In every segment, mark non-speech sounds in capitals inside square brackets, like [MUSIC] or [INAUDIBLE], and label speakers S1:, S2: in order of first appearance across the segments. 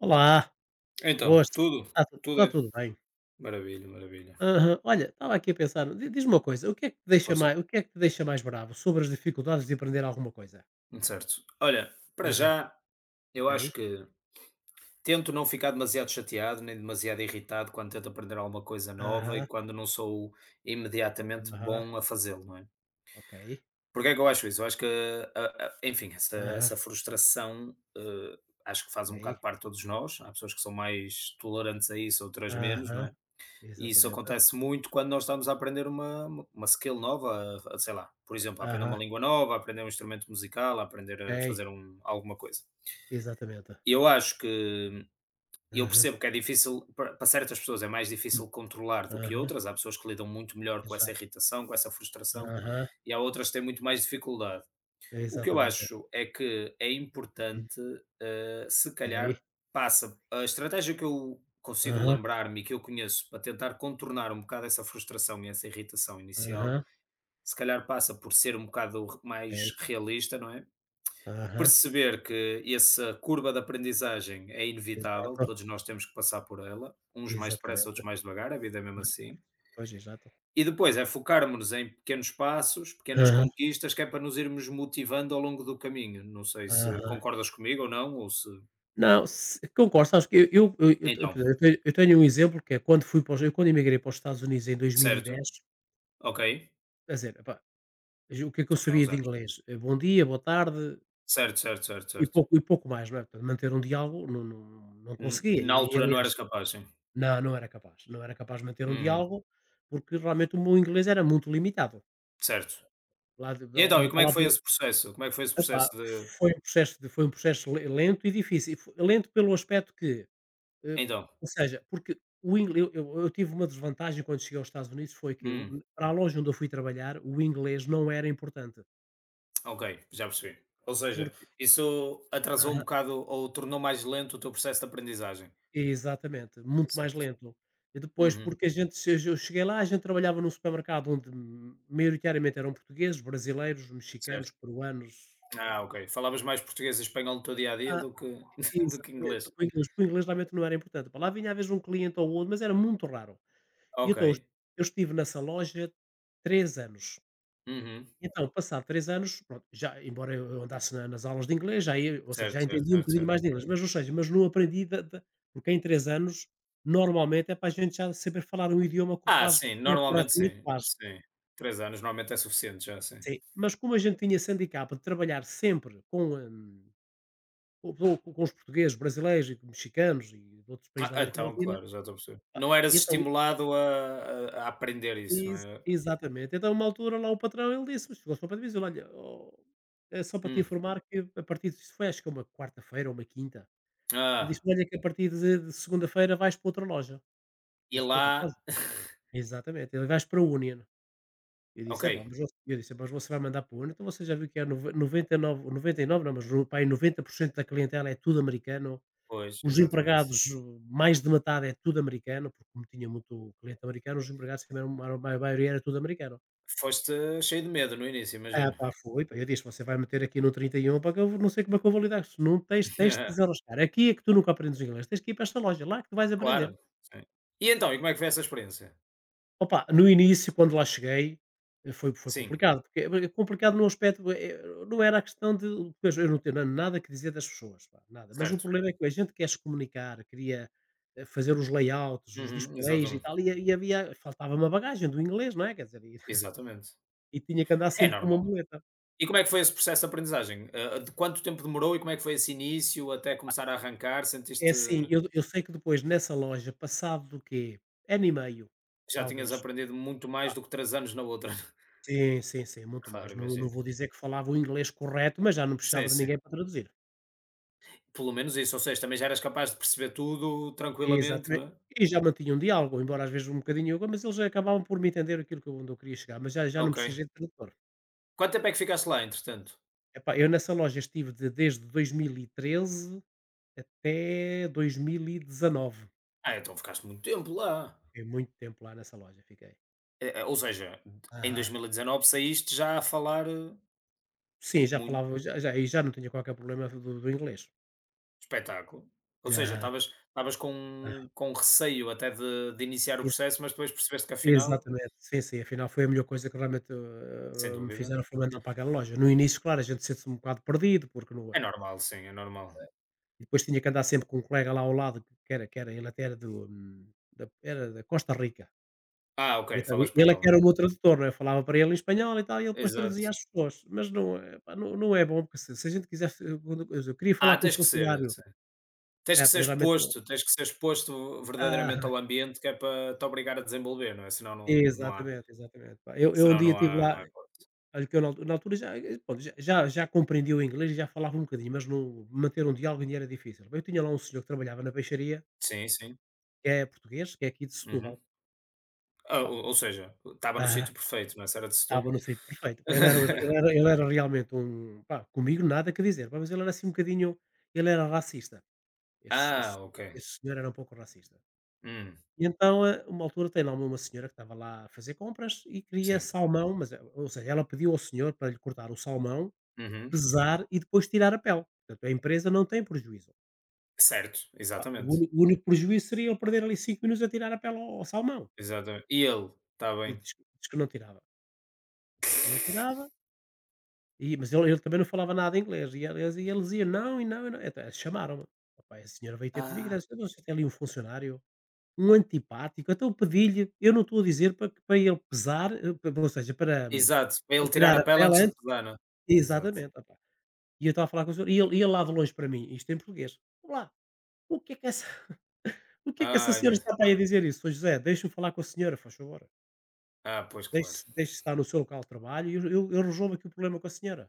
S1: Olá,
S2: Então,
S1: boas.
S2: tudo,
S1: Está tudo
S2: tudo
S1: está
S2: é
S1: tudo bem.
S2: maravilha, maravilha.
S1: Aham. Olha, estava aqui a pensar, di diz-me uma coisa,
S2: Força,
S1: o que é que te deixa mais bravo sobre as dificuldades de aprender alguma coisa?
S2: certo. Olha, para
S1: Aham,
S2: já,
S1: ok.
S2: eu acho que tento não ficar demasiado chateado nem demasiado irritado quando tento aprender alguma coisa nova e
S1: Aham,
S2: quando não sou imediatamente
S1: aham,
S2: bom a fazê-lo, não é?
S1: ok.
S2: Porquê é que eu acho isso? Eu acho que, enfim, essa,
S1: Aham,
S2: essa frustração, acho que faz um
S1: ok.
S2: bocado parte de todos nós. Há pessoas que são mais tolerantes a isso, outras menos, não
S1: Aham,
S2: é? E isso
S1: exatamente.
S2: acontece muito quando nós estamos a aprender uma skill nova, sei lá, por exemplo, a aprender uma
S1: Aham,
S2: língua nova, a aprender um instrumento musical, a aprender a
S1: ok.
S2: fazer um alguma coisa.
S1: Exatamente.
S2: Eu acho que eu
S1: Aham.
S2: percebo que é difícil para certas pessoas, é mais difícil controlar do que
S1: Aham,
S2: outras, há pessoas que lidam muito melhor com essa
S1: exato.
S2: irritação, com essa frustração,
S1: Aham,
S2: e há outras que têm muito mais dificuldade. O que eu
S1: exatamente.
S2: acho é que é
S1: Uhum.
S2: importante, se calhar
S1: Ok.
S2: passa a estratégia que eu consigo
S1: Aham,
S2: lembrar-me e que eu conheço para tentar contornar um bocado essa frustração e essa irritação inicial,
S1: aham,
S2: se calhar passa por ser um bocado mais
S1: ok.
S2: realista, não é?
S1: Aham,
S2: Perceber que essa curva de aprendizagem é inevitável,
S1: exato.
S2: todos nós temos que passar por ela, uns mais depressa, outros
S1: Exatamente.
S2: mais devagar, a vida é mesmo assim,
S1: Pois, exato.
S2: e depois é focarmos-nos em pequenos passos, pequenas
S1: Aham.
S2: conquistas, que é para nos irmos motivando ao longo do caminho. Não sei se
S1: Aham.
S2: concordas comigo ou não, ou se.
S1: Não, se concordo, sabes que eu,
S2: Então,
S1: por exemplo, eu tenho um exemplo que é quando fui para os eu quando emigrei para os Estados Unidos em
S2: certo,
S1: 2010,
S2: ok,
S1: quer dizer, epá, o que é que eu
S2: já foi há
S1: sabia
S2: uns
S1: de
S2: anos.
S1: inglês? Bom dia, boa tarde
S2: Certo, certo, certo, certo.
S1: e pouco mais, não é? Portanto, manter um diálogo não conseguia, e
S2: Na
S1: e
S2: altura não
S1: aliás
S2: eras capaz, sim.
S1: não, não era capaz de manter um
S2: Uhum,
S1: diálogo, porque realmente o meu inglês era muito limitado.
S2: certo.
S1: Lá de
S2: E então, e
S1: uma
S2: como é que foi
S1: palavra,
S2: esse processo? Como é que foi esse processo
S1: epá,
S2: de.
S1: foi um processo le lento e difícil. E Fo Lento pelo aspecto Eh,
S2: Então,
S1: ou seja, porque o inglês eu tive uma desvantagem quando cheguei aos Estados Unidos, foi que o
S2: hum,
S1: para a loja onde eu fui trabalhar, o inglês não era importante,
S2: ok, já percebi. Ou seja,
S1: porque
S2: isso atrasou um
S1: aham,
S2: bocado ou tornou mais lento o teu processo de aprendizagem.
S1: exatamente, muito mais
S2: Certo.
S1: lento. E depois,
S2: Uhum,
S1: porque a gente, se eu cheguei lá, a gente trabalhava num supermercado onde, maioritariamente eram portugueses, brasileiros,
S2: certo.
S1: mexicanos, peruanos.
S2: Ah, ok. Falavas mais português e espanhol no teu dia a dia
S1: Ah,
S2: do que [LAUGHS] do que
S1: exatamente,
S2: inglês.
S1: o inglês realmente não era importante. Para lá vinha às vezes um cliente ou outro, mas era muito raro. E então,
S2: Ok.
S1: eu estive nessa loja 3 anos.
S2: Uhum.
S1: Então, passado 3 anos, pronto, já, embora eu andasse na nas aulas de inglês, já ia ou seja,
S2: Certo,
S1: já
S2: certo,
S1: entendi um
S2: certo,
S1: bocadinho
S2: certo.
S1: mais de inglês, mas não aprendi da, porque em 3 anos, normalmente é para a gente já saber falar um idioma que
S2: Ah,
S1: quase
S2: sim,
S1: é
S2: normalmente
S1: corretamente
S2: sim,
S1: quase.
S2: sim. 3 anos normalmente é suficiente já, sim.
S1: Sim. Mas como a gente tinha esse handicap de trabalhar sempre com, co com os portugueses, brasileiros e com mexicanos e de outros países
S2: Ah,
S1: da América
S2: então,
S1: Latina,
S2: claro, já estou a perceber. Não eras
S1: e então
S2: estimulado a aprender isso, não
S1: Ex
S2: é?
S1: exatamente. Então, uma altura lá o patrão ele disse chegou só para dizer: "Olha, ó, é só para te
S2: Hum.
S1: informar que a partir de", isto foi, acho que é, uma quarta-feira ou uma quinta. Ele disse:
S2: Ah,
S1: "Olha que a partir de segunda-feira vais para outra loja". Eu
S2: e
S1: disse: "Para outra loja?".
S2: lá [LAUGHS]
S1: Exatamente. Ele: "Vais para a Union". Eu
S2: ok.
S1: disse: "Epá, mas você", eu disse: "Mas você vai mandar para a Union? Então, você já viu que há noventa e nove, 99, não, mas no pá aí, 90% da clientela é tudo americano.
S2: Pois,
S1: Os
S2: exatamente.
S1: empregados, mais de metade é tudo americano", porque como tinha muito cliente americano, os empregados também a maioria era tudo americano.
S2: Foste cheio de medo no início,
S1: Ah
S2: imagino.
S1: pá, foi. Pá, eu disse: "Você vai meter aqui no 31, para que eu vou? Não sei como é que eu vou lidar com isso, não tens de
S2: [LAUGHS]
S1: desenrascar, aqui é que tu nunca aprendes o inglês, tens que ir para esta loja, lá é que tu vais aprender".
S2: Claro, sim. E então, e como é que foi essa experiência?
S1: Opa, no início quando lá cheguei, foi
S2: Sim,
S1: complicado, porque é complicado no aspecto, não era a questão de, pois eu não tenho nada que dizer das pessoas, pá, nada, mas o
S2: certo.
S1: problema é que a gente quer se comunicar, queria, fazer os layouts, os
S2: Uhum,
S1: displays e
S2: exatamente.
S1: tal, e havia faltava uma bagagem do inglês, não é, quer dizer, e [LAUGHS]
S2: Exatamente.
S1: e tinha que andar
S2: É
S1: sempre com uma
S2: normal.
S1: muleta.
S2: E como é que foi esse processo de aprendizagem? Ah, de quanto tempo demorou e como é que foi esse início até começar a arrancar?
S1: É
S2: Sentiste
S1: assim, eu sei que depois, nessa loja, passado do quê? Ano e meio,
S2: que já tinhas
S1: talvez.
S2: aprendido muito mais
S1: Ah,
S2: do que 3 anos na outra? [LAUGHS]
S1: sim, sim, sim, muito
S2: Claro,
S1: mais. Não
S2: imagino.
S1: vou dizer que falava o inglês correto, mas já não precisava
S2: Sim,
S1: de
S2: sim.
S1: ninguém para traduzir.
S2: Pelo menos isso, ou seja, também já eras capaz de perceber tudo tranquilamente, não
S1: Exatamente.
S2: é?
S1: E já mantinha um diálogo, embora às vezes um bocadinho, mas eles acabavam por me entender aquilo que eu onde eu queria chegar, mas já não
S2: Ok.
S1: precisei de tradutor.
S2: Quanto tempo é que ficaste lá, entretanto?
S1: Epá, eu nessa loja estive de desde 2013 até 2019.
S2: Ah, então ficaste muito tempo lá.
S1: Fiquei muito tempo lá nessa loja, fiquei.
S2: Ou seja, em
S1: Aham.
S2: 2019 saíste já a falar.
S1: Sim, já falava, já já e já não tinha qualquer problema do inglês.
S2: Espetáculo. Ou seja,
S1: Aham,
S2: estavas
S1: aham.
S2: com receio até de iniciar o
S1: Ex
S2: processo, mas depois percebeste que afinal
S1: Exatamente. Sim, sim, afinal foi a melhor coisa que realmente,
S2: sem
S1: me
S2: dúvida.
S1: fizeram, foi mandar para aquela loja. No início, claro, a gente sente-se um bocado perdido, porque não é,
S2: É normal, sim, é normal.
S1: e depois tinha que andar sempre com um colega lá ao lado que era, ele até era do, da era da Costa Rica.
S2: Ah,
S1: E
S2: ok,
S1: então
S2: fala
S1: ele é
S2: espanhol,
S1: que
S2: né.
S1: era o meu tradutor, não é, eu falava para ele em espanhol e tal, e ele depois
S2: Exato.
S1: traduzia às pessoas. Mas não é, pá, não é bom, porque se se a gente quisesse, eu queria falar
S2: Ah,
S1: com um
S2: tens que ser,
S1: funcionário,
S2: sim. Tens
S1: é
S2: que
S1: pá,
S2: ser
S1: e realmente não.
S2: exposto, tens que ser exposto verdadeiramente
S1: Aham,
S2: ao ambiente que é para te obrigar a desenvolver, não é, senão não não há
S1: exatamente, exatamente, pá. Eu um
S2: senão
S1: dia
S2: não
S1: estive
S2: há não
S1: lá.
S2: há hipótese.
S1: Olha que eu, na altura, já, e pronto, já compreendia o inglês e já falava um bocadinho, mas não manter um diálogo ainda era difícil. Bem, eu tinha lá um senhor que trabalhava na peixaria,
S2: Sim, sim.
S1: que é português, que é aqui de Setúbal.
S2: Uhum. Ah,
S1: Pá,
S2: ou seja, estava no
S1: ah,
S2: sítio perfeito, não é, se era de
S1: estava no
S2: Setúbal.
S1: sítio perfeito. Pá, ele era ele era ele
S2: [LAUGHS]
S1: era realmente um, pá, comigo nada que dizer, pá, mas ele era assim um bocadinho, ele era racista. Esse
S2: Ah,
S1: esse
S2: ok.
S1: esse senhor era um pouco racista.
S2: Hum,
S1: E então, a uma altura, tem lá uma senhora que estava lá a fazer compras e queria
S2: sim.
S1: salmão, mas, ou seja, ela pediu ao senhor para lhe cortar o salmão,
S2: Uhum.
S1: pesar e depois tirar a pele. Portanto, a empresa não tem prejuízo.
S2: Certo,
S1: Pá, o
S2: exatamente,
S1: único o único prejuízo seria eu perder ali 5 minutos a tirar a pele ao salmão.
S2: exatamente. E ele? Está
S1: E
S2: bem.
S1: diz que não tirava. Diz que não tirava, mas ele também não falava nada inglês. E ele dizia: "Não, e não, e não". Até chamaram-me. Opá, a senhora veio ter comigo e
S2: Ah,
S1: disse: "Então, você tem ali um funcionário, um antipático, então pedi-lhe, eu não estou a dizer para ele pesar, eh, p ou seja, para,
S2: exato, para
S1: para
S2: ele tirar
S1: tirar
S2: a
S1: a
S2: pele
S1: pele
S2: antes de
S1: antes",
S2: pesar, não é? Exato.
S1: exatamente, opá. E eu estava a falar com o senhor e ele lá de longe para mim, isto em português: "Olá, o que é que essa O que é que essa
S2: Ai
S1: senhora
S2: meu
S1: está para aí a dizer isso?". "Ó José, deixe-me falar com a senhora, faz favor.
S2: pois claro.
S1: Deixe estar no seu local de trabalho e eu resolvo aqui o problema com a senhora".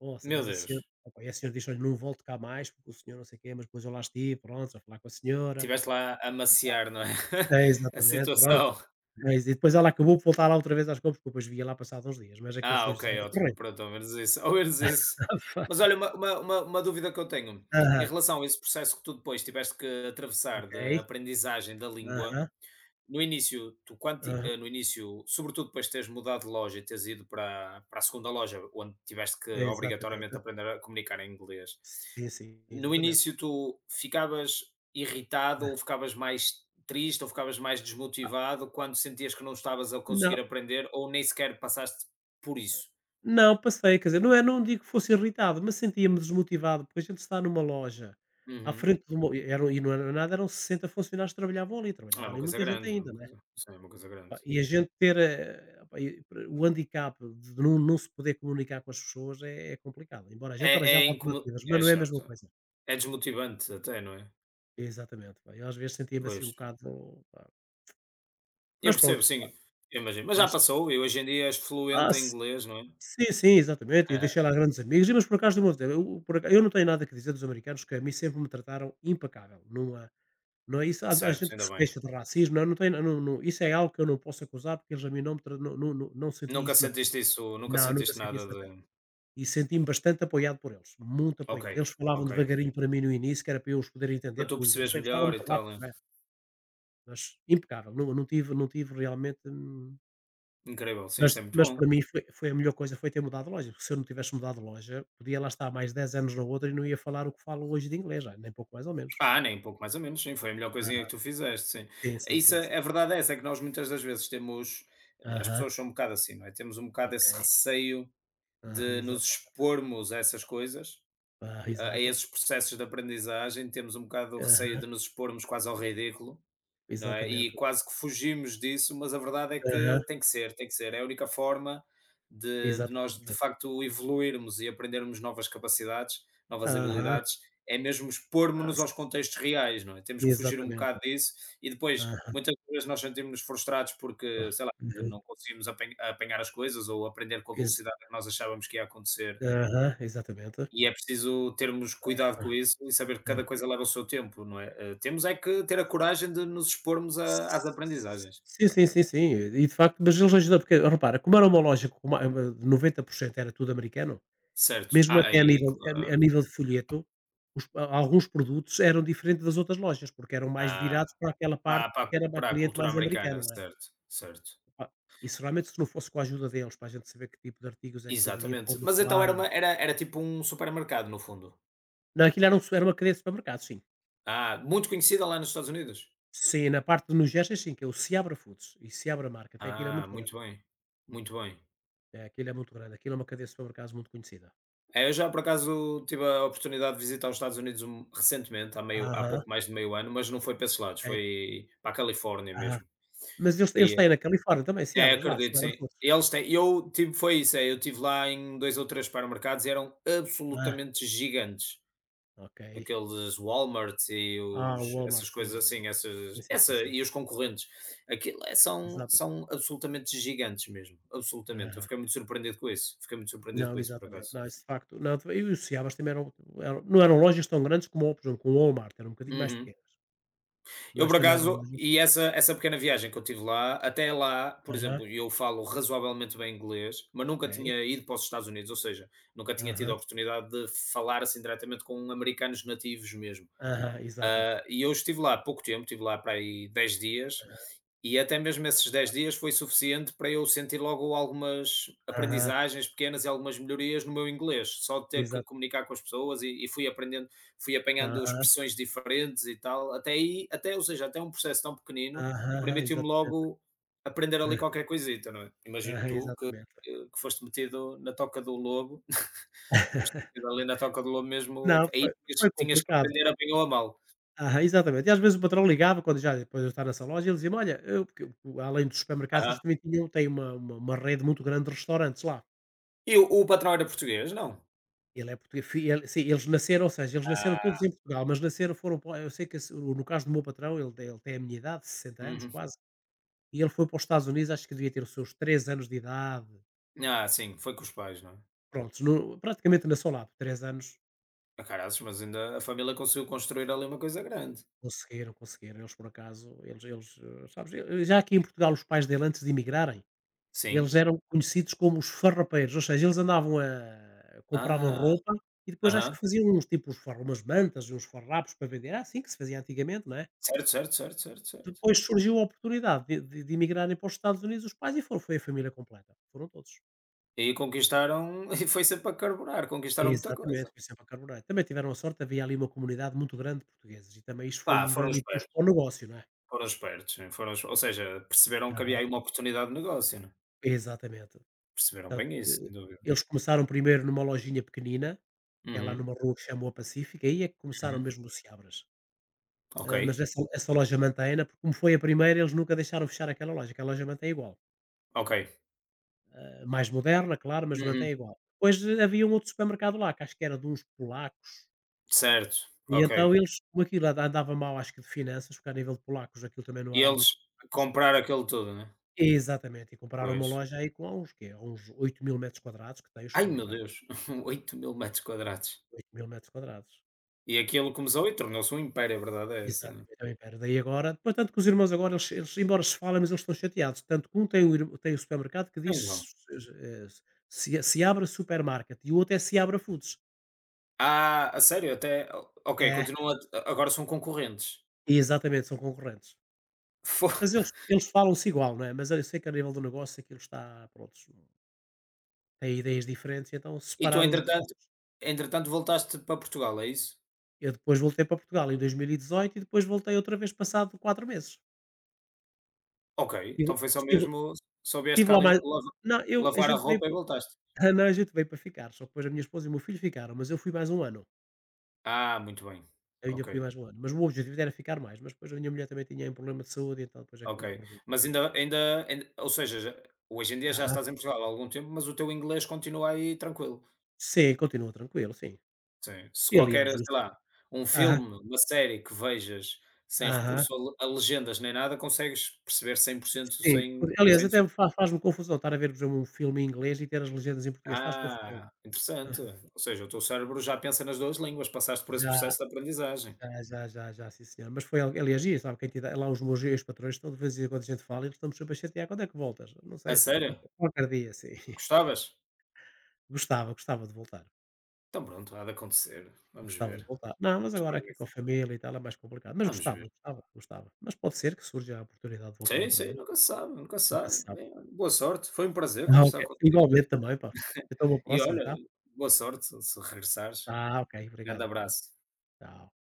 S1: Nossa,
S2: Meu
S1: mas a senhora,
S2: Deus,
S1: opa, e a senhora diz: "Olha, não volto cá mais porque o senhor não sei o quê", mas depois eu lá estive, pronto, a falar com a senhora.
S2: estiveste lá a maciar, não é? [LAUGHS]
S1: É,
S2: A
S1: exatamente, pronto.
S2: situação.
S1: É. E depois ela acabou por voltar lá outra vez às compras, porque eu depois via lá passado uns dias, mas aquele
S2: Ah,
S1: foi
S2: ok,
S1: José era
S2: ótimo,
S1: terrível.
S2: pronto, ao menos isso, ao menos isso. Mas
S1: [LAUGHS]
S2: olha, uma dúvida que eu tenho, em
S1: Aham,
S2: relação a esse processo que tu depois tiveste que atravessar de
S1: ok.
S2: aprendizagem da língua.
S1: Aham,
S2: No início, tu quando ti
S1: aham.
S2: eh, no início, sobretudo depois de teres mudado de loja e teres ido para a segunda loja, onde tiveste que
S1: É, exatamente.
S2: obrigatoriamente aprender a comunicar em inglês,
S1: Sim, sim,
S2: no
S1: exatamente.
S2: início tu ficavas irritado ou ficavas mais triste ou ficavas mais
S1: Ah,
S2: desmotivado quando sentias que não estavas a conseguir
S1: não
S2: aprender ou nem sequer passaste por isso?
S1: Não, passei, quer dizer, não é, não digo que fosse irritado, mas sentia-me desmotivado, porque a gente está numa loja, à
S2: Uhum.
S1: frente de uma eram e não era nada, eram 60 funcionários que trabalhavam ali,
S2: É
S1: trabalhava
S2: uma
S1: ali
S2: coisa
S1: muita gente
S2: grande, não é
S1: ainda,
S2: uma
S1: não é?
S2: coisa, sim, é uma coisa
S1: Pá,
S2: grande.
S1: e a gente ter, opá, e pre o handicap de não se poder comunicar com as pessoas é complicado, embora a gente
S2: É é
S1: arranjava
S2: incomo
S1: alternativas, mas
S2: é
S1: não é a mesma
S2: chato,
S1: coisa.
S2: é desmotivante até, não é?
S1: Exatamente, pá, eu às vezes sentia-me assim
S2: Pois.
S1: um bocado, pá,
S2: Eu
S1: mas pronto.
S2: percebo,
S1: Pá,
S2: sim, eu imagino. Mas já
S1: mas
S2: passou e hoje em dia és
S1: ah,
S2: fluente em inglês, não é? [LAUGHS]
S1: sim, sim, exatamente, e
S2: Aham.
S1: deixei lá grandes amigos, e, mas por acaso eu vou dizer, eu, por aca eu não tenho nada que dizer dos americanos, que a mim sempre me trataram impecável, não há. Não é isso, há
S2: Certo,
S1: gente que
S2: ainda
S1: se
S2: bem.
S1: queixa de racismo, não, não tem, não, não, isso é algo que eu não posso acusar, porque eles a mim não me tra não senti
S2: Nunca
S1: isso na pele.
S2: sentiste isso, nunca
S1: Não, nunca
S2: sentiste
S1: senti
S2: nada
S1: isso na
S2: de.
S1: pele. E senti-me bastante apoiado por eles, muito
S2: Ok,
S1: apoiado. Eles falavam
S2: ok.
S1: devagarinho para mim no início, que era para eu os poder entender,
S2: Para tu
S1: porque o inglês
S2: percebes
S1: eles falam
S2: melhor e
S1: muito
S2: tal,
S1: rápido,
S2: é.
S1: não é, mas impecável, não tive realmente, hum.
S2: Incrível, sim,
S1: Mas
S2: isso é muito
S1: mas para
S2: bom.
S1: mim foi a melhor coisa foi ter mudado de loja, porque se eu não tivesse mudado de loja, podia lá estar mais 10 anos na outra e não ia falar o que falo hoje de inglês, nem pouco mais ou menos.
S2: Ah, nem pouco mais ou menos, sim, foi a melhor coisinha que
S1: Aham.
S2: tu fizeste, sim.
S1: Sim, sim,
S2: Isso
S1: sim, sim.
S2: é, a verdade é essa, é que nós muitas das vezes temos, as
S1: Aham,
S2: pessoas são um bocado assim, não é? Temos um bocado
S1: ok.
S2: esse receio
S1: ah
S2: de
S1: exa
S2: nos expormos a essas coisas, a
S1: Exato.
S2: esses processos de aprendizagem, temos um bocado o receio
S1: Aham,
S2: de nos expormos quase ao ridículo. Não é? E
S1: exatamente.
S2: quase que fugimos disso, mas a verdade é
S1: Aham,
S2: que tem que ser, tem que ser. É a única forma de, nós, de
S1: exatamente.
S2: facto, evoluirmos e aprendermos novas capacidades, novas
S1: Aham.
S2: habilidades, é mesmo
S1: Ah,
S2: expormos-nos aos
S1: s
S2: contextos reais, não é? Temos que fugir um
S1: Exatamente.
S2: bocado disso e depois,
S1: Aham.
S2: muitas vezes, nós sentimos-nos frustrados
S1: ah,
S2: porque, sei lá, que
S1: Uhum.
S2: não conseguimos apanhar as coisas ou aprender com a
S1: Ex
S2: velocidade que nós achávamos que ia acontecer,
S1: Aham, exatamente.
S2: e é preciso termos cuidado
S1: Ah,
S2: com isso e saber que cada coisa leva o seu tempo, não é? Temos é que ter a coragem de nos expormos às aprendizagens.
S1: Sim, sim, sim, sim. E de facto, mas eles ajudam, porque repara, como era uma loja com ma 90% era tudo americano,
S2: Certo.
S1: mesmo
S2: Ah,
S1: até a
S2: aí,
S1: nível a a
S2: claro.
S1: nível de folheto, os alguns produtos eram diferente das outras lojas, porque eram mais
S2: Ah,
S1: virados para aquela parte
S2: ah, para,
S1: que era
S2: a
S1: mais
S2: para a
S1: cliente
S2: cultura
S1: mais
S2: americana,
S1: americano, não é.
S2: certo, certo.
S1: Opa, isso realmente se não fosse com a ajuda deles, para a gente saber que tipo de artigos é que devia pôr
S2: Exatamente.
S1: no
S2: Mas então era,
S1: flyer.
S2: uma, era, era tipo um supermercado, no fundo.
S1: Não, aquilo era um su era uma cadeia de supermercados, sim.
S2: Ah, muito conhecida lá nos Estados Unidos.
S1: Sim, na parte de gestas, sim, que é o Seabra Foods e Seabra Market. Até aquilo é
S2: Ah,
S1: muito grande.
S2: muito bem. Muito bem.
S1: É, aquilo é muito grande, aquilo é uma cadeia de supermercados muito conhecida.
S2: É, eu já por acaso tive a oportunidade de visitar os Estados Unidos recentemente, há
S1: Aham,
S2: pouco mais de meio ano, mas não foi para esses lados,
S1: ok.
S2: foi para a Califórnia
S1: Aham.
S2: mesmo.
S1: Mas eles
S2: E,
S1: têm na Califórnia também, se
S2: é,
S1: abres lá,
S2: acredito, sim.
S1: Seabras Foods?
S2: Eles têm, eu tive, foi isso, é, eu estive lá em dois ou três supermercados e eram
S1: Ah,
S2: absolutamente gigantes.
S1: ok.
S2: Aqueles Walmart e
S1: Ah, o
S2: os, essas
S1: Walmart, sim,
S2: coisas assim, essas,
S1: o sim, sim,
S2: essa,
S1: sim, sim.
S2: e os concorrentes. Aquilo é- são,
S1: Exato.
S2: são absolutamente gigantes mesmo, absolutamente. Eu
S1: Aham.
S2: fiquei muito surpreendido com isso, fiquei muito surpreendido
S1: Não,
S2: com isso, por
S1: exatamente.
S2: acaso.
S1: Não, isso de facto não, e o Seabras também eram eram não eram lojas tão grandes como o por exemplo, como o Walmart, eram um bocadinho mais
S2: Uhum.
S1: pequenas,
S2: Eu,
S1: mas
S2: por
S1: também eram
S2: acaso,
S1: lojas.
S2: e essa pequena viagem que eu tive lá, até lá, por
S1: Aham,
S2: exemplo, eu falo razoavelmente bem inglês, mas nunca
S1: ok.
S2: tinha ido para os Estados Unidos, ou seja, nunca tinha tido a
S1: Aham,
S2: oportunidade de falar assim diretamente com americanos nativos mesmo.
S1: aham, exato.
S2: E eu estive lá há pouco tempo, estive lá para aí 10 dias, e até mesmo esses 10 dias foi suficiente para eu sentir logo algumas
S1: Aham,
S2: aprendizagens pequenas e algumas melhorias no meu inglês, só de ter que
S1: exato.
S2: comunicar com as pessoas e fui aprendendo, fui apanhando
S1: Aham,
S2: expressões diferentes e tal. Até aí, até, ou seja, até um processo tão pequenino
S1: aham, aham,
S2: permitiu-me
S1: exatamente.
S2: logo aprender
S1: [LAUGHS]
S2: ali
S1: Aham,
S2: qualquer coisita, não é? Imagino
S1: aham,
S2: tu que,
S1: exatamente.
S2: que que foste metido na toca do lobo, [LAUGHS] foste
S1: [LAUGHS]
S2: metido ali na toca do lobo mesmo,
S1: Não,
S2: aí
S1: foi
S2: tinhas,
S1: foi
S2: tinhas que
S1: complicado.
S2: aprender a bem ou a mal.
S1: Aham, exatamente. E às vezes o patrão ligava quando já depois de eu estar nessa loja, ele dizia-me: "Olha", eu porque, o além dos supermercados, eles também tinham têm uma rede muito grande de restaurantes lá.
S2: E o patrão era português? Não?
S1: Ele é português, fi ele, sim, eles nasceram, ou seja, eles nasceram todos
S2: Ah,
S1: em Portugal, mas nasceram, foram para, eu sei que esse no caso do meu patrão, ele tem a minha idade, 60 anos
S2: uhum.
S1: quase, e ele foi para os Estados Unidos, acho que devia ter os seus 3 anos de idade.
S2: Ah, sim, foi com os pais, não é?
S1: Prontos, no praticamente nasceu lá, por 3 anos.
S2: Ah, caraças, mas ainda a família conseguiu construir ali uma coisa grande.
S1: Conseguiram, conseguiram. Eles por acaso, sabes, já aqui em Portugal os pais dele antes de imigrarem. Eles
S2: Sim.
S1: eram conhecidos como os farrapeiros, ou seja, eles andavam a compravam
S2: Ah,
S1: roupa e depois acho
S2: aham.
S1: que faziam uns tipo uns farra umas mantas e uns farrapos para vender, era assim que se fazia antigamente, não é?
S2: Certo, certo, certo, certo, certo.
S1: Depois surgiu a oportunidade de imigrarem para os Estados Unidos, os pais, e foram foi a família completa, foram todos.
S2: E conquistaram [LAUGHS] e foi sempre a carburar, conquistaram muita coisa.
S1: Exatamente, foi sempre a Carboneiro. Também tiveram a sorte, havia ali uma comunidade muito grande de portugueses e também isso foi
S2: Pá,
S1: um grande impulso para o negócio, não é?
S2: foram espertos, sim, ou seja, perceberam que
S1: Aham,
S2: havia aí uma oportunidade de negócio, não é?
S1: exatamente.
S2: Perceberam
S1: Tanto
S2: bem isso, sem
S1: que
S2: dúvida.
S1: eles começaram primeiro numa lojinha pequenina, que é lá
S2: Uhum,
S1: numa rua que se chama Rua Pacífica, aí é que começaram
S2: uhum.
S1: mesmo os Seabras.
S2: Ok,
S1: Ah, mas essa loja mantém-na, porque como foi a primeira, eles nunca deixaram fechar aquela loja mantém igual.
S2: ok.
S1: Ah, mais moderna, claro, mas
S2: Uhum.
S1: mantém igual. Depois, havia um outro supermercado lá, que acho que era de uns polacos,
S2: Certo,
S1: e
S2: ok.
S1: então eles, como aquilo andava mal, acho que de finanças, porque a nível de polacos, aquilo também não há
S2: E
S1: lá
S2: eles
S1: muitos polacos.
S2: compraram aquilo tudo, né?
S1: Exatamente, e compraram uma
S2: Pois.
S1: loja aí com, há uns, quê? Há uns 8000 m², que tem o
S2: Ai meu
S1: supermercado.
S2: Deus, [LAUGHS] 8.000 metros quadrados.
S1: 8000 m².
S2: E aquilo começou e tornou-se um império, a verdade é essa.
S1: Exatamente, é o império. Daí agora, depois tanto que os irmãos agora, eles embora se falem, mas eles estão chateados. Tanto que um tem o ir tem o supermercado que diz,
S2: Então.
S1: eh, Se se abre Supermarket e o outro é Se abre Foods.
S2: Ah, a sério? Até ok,
S1: É,
S2: continua, agora são concorrentes.
S1: exatamente, são concorrentes.
S2: Fo [LAUGHS]
S1: Mas eles falam-se igual, não é, mas eu sei que a nível do negócio aquilo está, prontos, tem ideias diferentes, então
S2: e tu
S1: separaram os
S2: entretanto,
S1: negócios.
S2: voltaste para Portugal, é isso?
S1: Eu depois voltei para Portugal em 2018 e depois voltei outra vez passado 4 meses.
S2: Ok,
S1: Estive
S2: então foi só
S1: estive
S2: mesmo só vieste
S1: estive
S2: cá
S1: lá
S2: lim
S1: mais,
S2: lava
S1: não, eu a
S2: lavar a
S1: gente veio.
S2: roupa e voltaste.
S1: Ah, não, a gente veio para ficar, só que depois a minha esposa e o meu filho ficaram, mas eu fui mais um ano,
S2: Ah, muito bem.
S1: eu ainda
S2: Ok,
S1: fui mais um ano, mas o objetivo era ficar mais, mas depois a minha mulher também tinha um problema de saúde, então depois acabei
S2: ok.
S1: por voltar.
S2: Mas ainda, ou seja, já hoje em dia já
S1: Aham.
S2: estás em Portugal há algum tempo, mas o teu inglês continua aí tranquilo?
S1: Sim, continua tranquilo, sim.
S2: Sim, se
S1: E
S2: qualquer,
S1: aliás, eu
S2: sei lá, um
S1: aham,
S2: filme, uma série que vejas sem
S1: aham,
S2: recurso a legendas nem nada, consegues perceber 100%
S1: sim.
S2: sem
S1: Aliás,
S2: sem
S1: até me fa faz-me confusão estar a ver, por exemplo, um filme em inglês e ter as legendas em português, faz confusão.
S2: interessante.
S1: Aham.
S2: Ou seja, o teu cérebro já pensa nas 2 línguas, passaste por esse
S1: Já,
S2: processo de aprendizagem.
S1: já, já, já, já, sim, senhor, mas foi al aliás, e sabe quem te dá lá os meus ex-patrões, toda vez em quando a gente fala, eles estão-me sempre a chatear: "Quando é que voltas?". "Não
S2: A
S1: sei, senhora,
S2: sério?
S1: qualquer dia", sim.
S2: Gostavas?
S1: Gostava, gostava de voltar,
S2: Então pronto, há de acontecer. Vamos
S1: gostava de
S2: ver.
S1: voltar. Não, mas agora
S2: Espero que
S1: aqui com a
S2: sim.
S1: família e tal é mais complicado, mas
S2: Vamos
S1: gostava,
S2: ver.
S1: gostava, gostava. Mas pode ser que surja a oportunidade de voltar
S2: Sim,
S1: outra
S2: sim,
S1: vez,
S2: nunca se sabe, nunca se
S1: nunca se
S2: sabe.
S1: sabe.
S2: Bem, olha, boa sorte, foi um prazer
S1: Ah, ok.
S2: conversar contigo.
S1: Igualmente também, pá. Então uma
S2: E
S1: próxima,
S2: olha,
S1: tá?
S2: boa sorte se regressares.
S1: Tá, ok,
S2: Grande
S1: obrigado.
S2: abraço.
S1: Tchau.